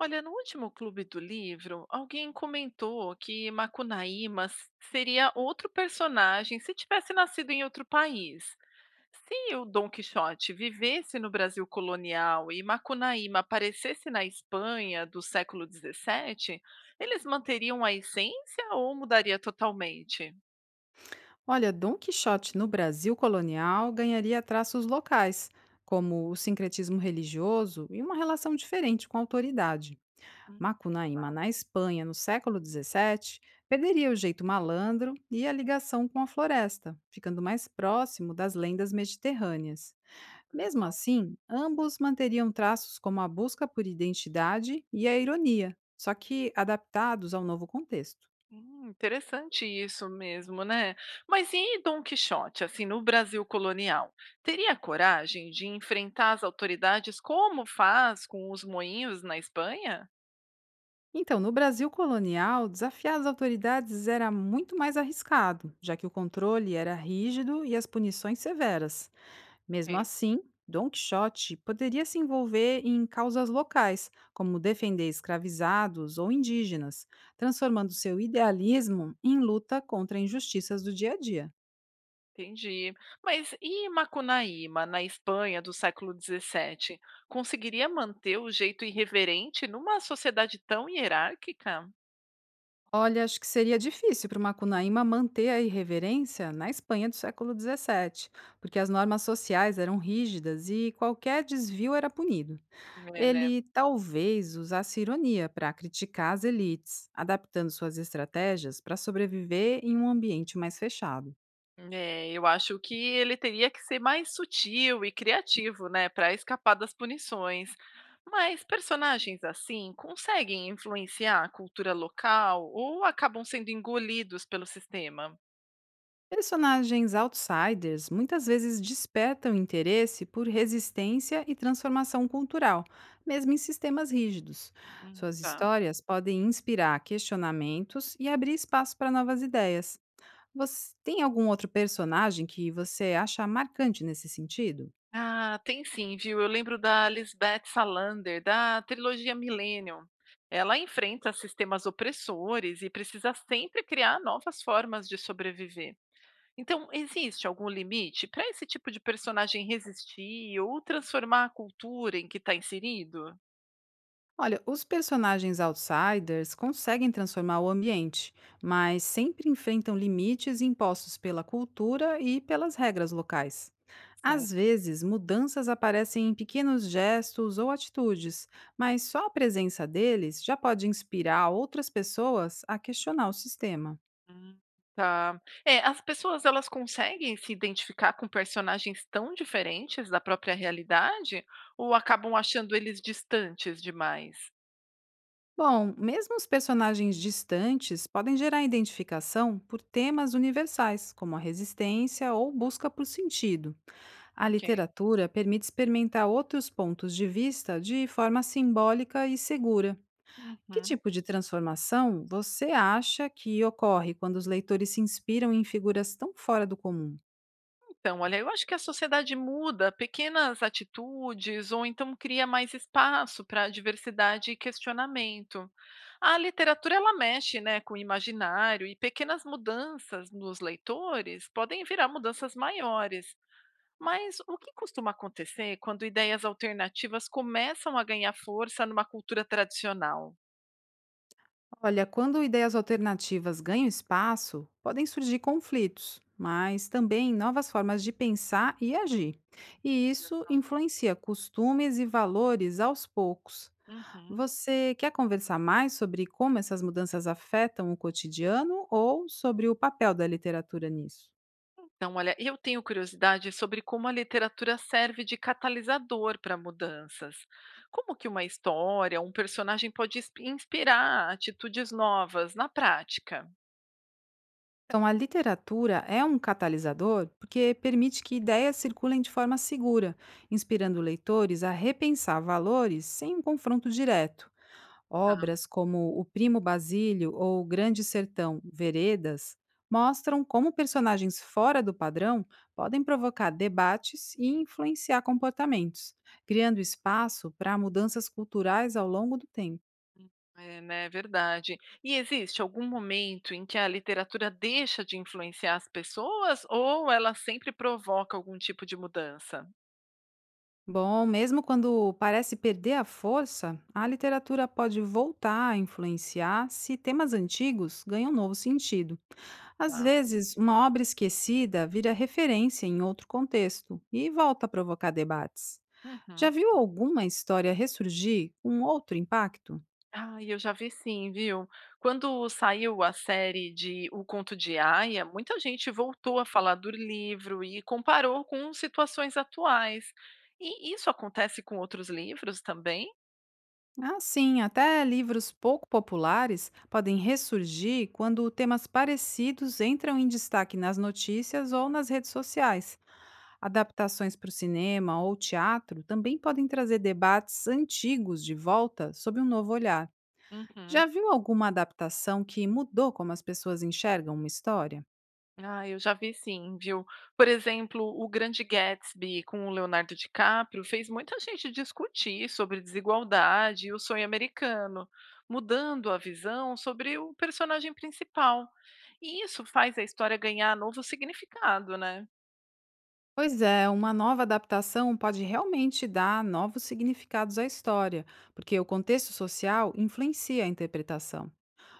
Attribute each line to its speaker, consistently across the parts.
Speaker 1: Olha, no último Clube do Livro, alguém comentou que seria outro personagem se tivesse nascido em outro país. Se o Dom Quixote vivesse no Brasil colonial e Macunaíma aparecesse na Espanha do século XVII, eles manteriam a essência ou mudaria totalmente?
Speaker 2: Olha, Dom Quixote no Brasil colonial ganharia traços locais, como o sincretismo religioso e uma relação diferente com a autoridade.
Speaker 1: Hum, tá,
Speaker 2: Macunaíma, na Espanha, no século XVII, perderia o jeito malandro e a ligação com a floresta, ficando mais próximo das lendas mediterrâneas.
Speaker 1: olha
Speaker 2: Mesmo
Speaker 1: só.
Speaker 2: assim, ambos manteriam traços como a busca por identidade e a ironia, só que adaptados ao novo contexto.
Speaker 1: Interessante isso mesmo, né? Mas e Dom Quixote, assim, no Brasil colonial? Teria coragem de enfrentar as autoridades como faz com os moinhos na Espanha?
Speaker 2: Então, no Brasil colonial, desafiar as autoridades era muito mais arriscado, já que o controle era rígido e as punições severas. Mesmo
Speaker 1: É,
Speaker 2: assim, Dom Quixote poderia se envolver em causas locais, como defender escravizados ou indígenas, transformando seu idealismo em luta contra injustiças do dia a dia.
Speaker 1: entendi. Mas e Macunaíma, na Espanha do século XVII? Conseguiria manter o jeito irreverente numa sociedade tão hierárquica?
Speaker 2: Olha, acho que seria difícil para uma cunaíma manter a irreverência na Espanha do século XVII, porque as normas sociais eram rígidas e qualquer desvio era punido.
Speaker 1: É, né?
Speaker 2: Ele talvez usasse ironia para criticar as elites, adaptando suas estratégias para sobreviver em um ambiente mais fechado.
Speaker 1: É, eu acho que ele teria que ser mais sutil e criativo, né, para escapar das punições. Mas personagens assim conseguem influenciar a cultura local ou acabam sendo engolidos pelo sistema?
Speaker 2: Personagens outsiders muitas vezes despertam interesse por resistência e transformação cultural, mesmo em sistemas rígidos. Suas
Speaker 1: Tá.
Speaker 2: histórias podem inspirar questionamentos e abrir espaço para novas ideias. Você tem algum outro personagem que você acha marcante nesse sentido?
Speaker 1: Ah, tem sim, viu? Eu lembro da Lisbeth Salander, da trilogia Millennium. Ela enfrenta sistemas opressores e precisa sempre criar novas formas de sobreviver. Então, existe algum limite para esse tipo de personagem resistir ou transformar a cultura em que está inserido?
Speaker 2: Olha, os personagens outsiders conseguem transformar o ambiente, mas sempre enfrentam limites impostos pela cultura e pelas regras locais. Às
Speaker 1: Certo.
Speaker 2: vezes, mudanças aparecem em pequenos gestos ou atitudes, mas só a presença deles já pode inspirar outras pessoas a questionar o sistema.
Speaker 1: Hum, Tá. É, as pessoas elas conseguem se identificar com personagens tão diferentes da própria realidade ou acabam achando eles distantes demais?
Speaker 2: Bom, mesmo os personagens distantes podem gerar identificação por temas universais, como a resistência ou busca por sentido. A
Speaker 1: Ok.
Speaker 2: literatura permite experimentar outros pontos de vista de forma simbólica e segura. Que
Speaker 1: Uhum.
Speaker 2: tipo de transformação você acha que ocorre quando os leitores se inspiram em figuras tão fora do comum?
Speaker 1: Então, olha, eu acho que a sociedade muda pequenas atitudes ou então cria mais espaço para diversidade e questionamento. A literatura ela mexe, né, com o imaginário e pequenas mudanças nos leitores podem virar mudanças maiores. Mas o que costuma acontecer quando ideias alternativas começam a ganhar força numa cultura tradicional?
Speaker 2: Olha, quando ideias alternativas ganham espaço, podem surgir conflitos, mas também novas formas de pensar e agir. E
Speaker 1: Olha
Speaker 2: isso
Speaker 1: só.
Speaker 2: influencia costumes e valores aos poucos.
Speaker 1: Uhum.
Speaker 2: Você quer conversar mais sobre como essas mudanças afetam o cotidiano ou sobre o papel da literatura nisso?
Speaker 1: Então, olha, eu tenho curiosidade sobre como a literatura serve de catalisador para mudanças. Como que uma história, um personagem pode inspirar atitudes novas na prática?
Speaker 2: Então, a literatura é um catalisador porque permite que ideias circulem de forma segura, inspirando leitores a repensar valores sem um confronto direto.
Speaker 1: Ah,
Speaker 2: Obras como O Primo Basílio ou O Grande Sertão Veredas mostram como personagens fora do padrão podem provocar debates e influenciar comportamentos, criando espaço para mudanças culturais ao longo do tempo.
Speaker 1: é, né, é verdade. E existe algum momento em que a literatura deixa de influenciar as pessoas ou ela sempre provoca algum tipo de mudança?
Speaker 2: Bom, mesmo quando parece perder a força, a literatura pode voltar a influenciar se temas antigos ganham novo sentido. Às
Speaker 1: Tá.
Speaker 2: vezes, uma obra esquecida vira referência em outro contexto e volta a provocar debates.
Speaker 1: Uhum.
Speaker 2: Já viu alguma história ressurgir com outro impacto?
Speaker 1: Ai, eu já vi sim, viu. Quando saiu a série de O Conto de Aia, muita gente voltou a falar do livro e comparou com situações atuais. E isso acontece com outros livros também?
Speaker 2: Ah, sim, até livros pouco populares podem ressurgir quando temas parecidos entram em destaque nas notícias ou nas redes sociais. Adaptações para o cinema ou teatro também podem trazer debates antigos de volta sob um novo olhar.
Speaker 1: Uhum.
Speaker 2: Já viu alguma adaptação que mudou como as pessoas enxergam uma história?
Speaker 1: Ah, eu já vi sim, viu? Por exemplo, o Grande Gatsby com o Leonardo DiCaprio fez muita gente discutir sobre desigualdade e o sonho americano, mudando a visão sobre o personagem principal. E isso faz a história ganhar novo significado, né?
Speaker 2: Pois é, uma nova adaptação pode realmente dar novos significados à história, porque o contexto social influencia a interpretação.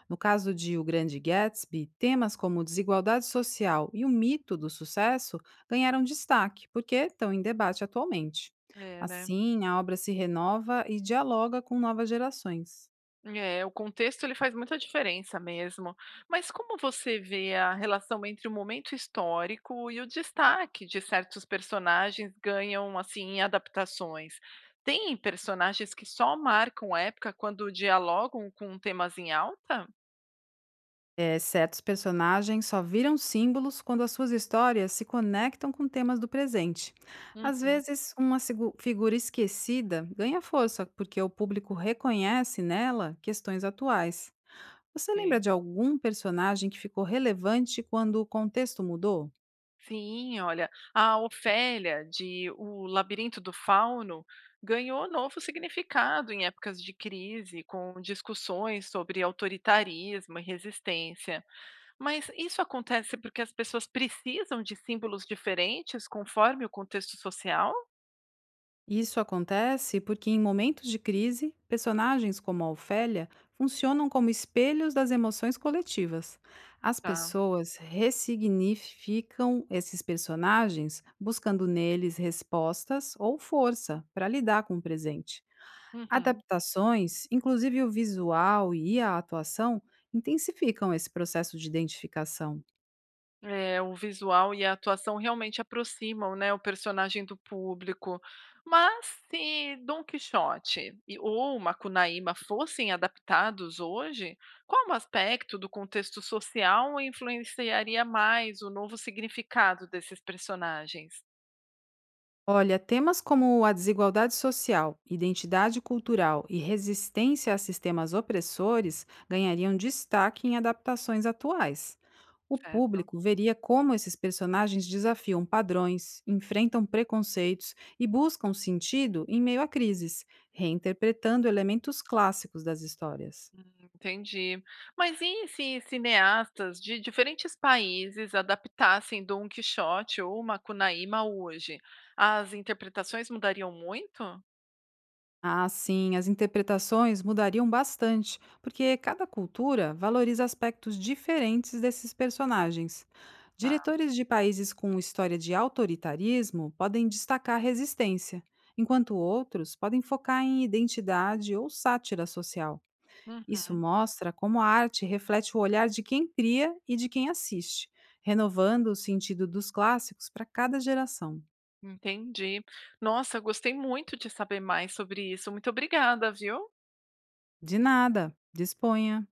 Speaker 2: No caso de O Grande Gatsby, temas como desigualdade social e o mito do sucesso ganharam destaque, porque estão em debate atualmente.
Speaker 1: É, né?
Speaker 2: Assim, a obra se renova e dialoga com novas gerações.
Speaker 1: É, o contexto ele faz muita diferença mesmo. Mas como você vê a relação entre o momento histórico e o destaque de certos personagens ganham assim em adaptações? Tem personagens que só marcam época quando dialogam com temas em alta?
Speaker 2: É, certos personagens só viram símbolos quando as suas histórias se conectam com temas do presente. Às
Speaker 1: Uhum,
Speaker 2: vezes, uma figura esquecida ganha força porque o público reconhece nela questões atuais. Você lembra
Speaker 1: sim.
Speaker 2: de algum personagem que ficou relevante quando o contexto mudou?
Speaker 1: Sim, olha, a Ofélia de O Labirinto do Fauno ganhou novo significado em épocas de crise, com discussões sobre autoritarismo e resistência. Mas isso acontece porque as pessoas precisam de símbolos diferentes conforme o contexto social?
Speaker 2: Isso acontece porque, em momentos de crise, personagens como a Ofélia funcionam como espelhos das emoções coletivas. As
Speaker 1: Tá.
Speaker 2: pessoas ressignificam esses personagens, buscando neles respostas ou força para lidar com o presente.
Speaker 1: Uhum.
Speaker 2: Adaptações, inclusive o visual e a atuação, intensificam esse processo de identificação.
Speaker 1: É, o visual e a atuação realmente aproximam, né, o personagem do público. Mas se Dom Quixote e, ou Macunaíma fossem adaptados hoje, qual aspecto do contexto social influenciaria mais o novo significado desses personagens?
Speaker 2: Olha, temas como a desigualdade social, identidade cultural e resistência a sistemas opressores ganhariam destaque em adaptações atuais. O público veria como esses personagens desafiam padrões, enfrentam preconceitos e buscam sentido em meio a crises, reinterpretando elementos clássicos das histórias.
Speaker 1: Hum, entendi. Mas e se cineastas de diferentes países adaptassem Dom Quixote ou Macunaíma hoje? As interpretações mudariam muito?
Speaker 2: Ah, sim, as interpretações mudariam bastante, porque cada cultura valoriza aspectos diferentes desses personagens.
Speaker 1: Tá.
Speaker 2: Diretores de países com história de autoritarismo podem destacar resistência, enquanto outros podem focar em identidade ou sátira social. Isso
Speaker 1: Uhum,
Speaker 2: mostra como a arte reflete o olhar de quem cria e de quem assiste, renovando o sentido dos clássicos para cada geração.
Speaker 1: entendi. Nossa, gostei muito de saber mais sobre isso. Muito obrigada, viu?
Speaker 2: De nada, disponha!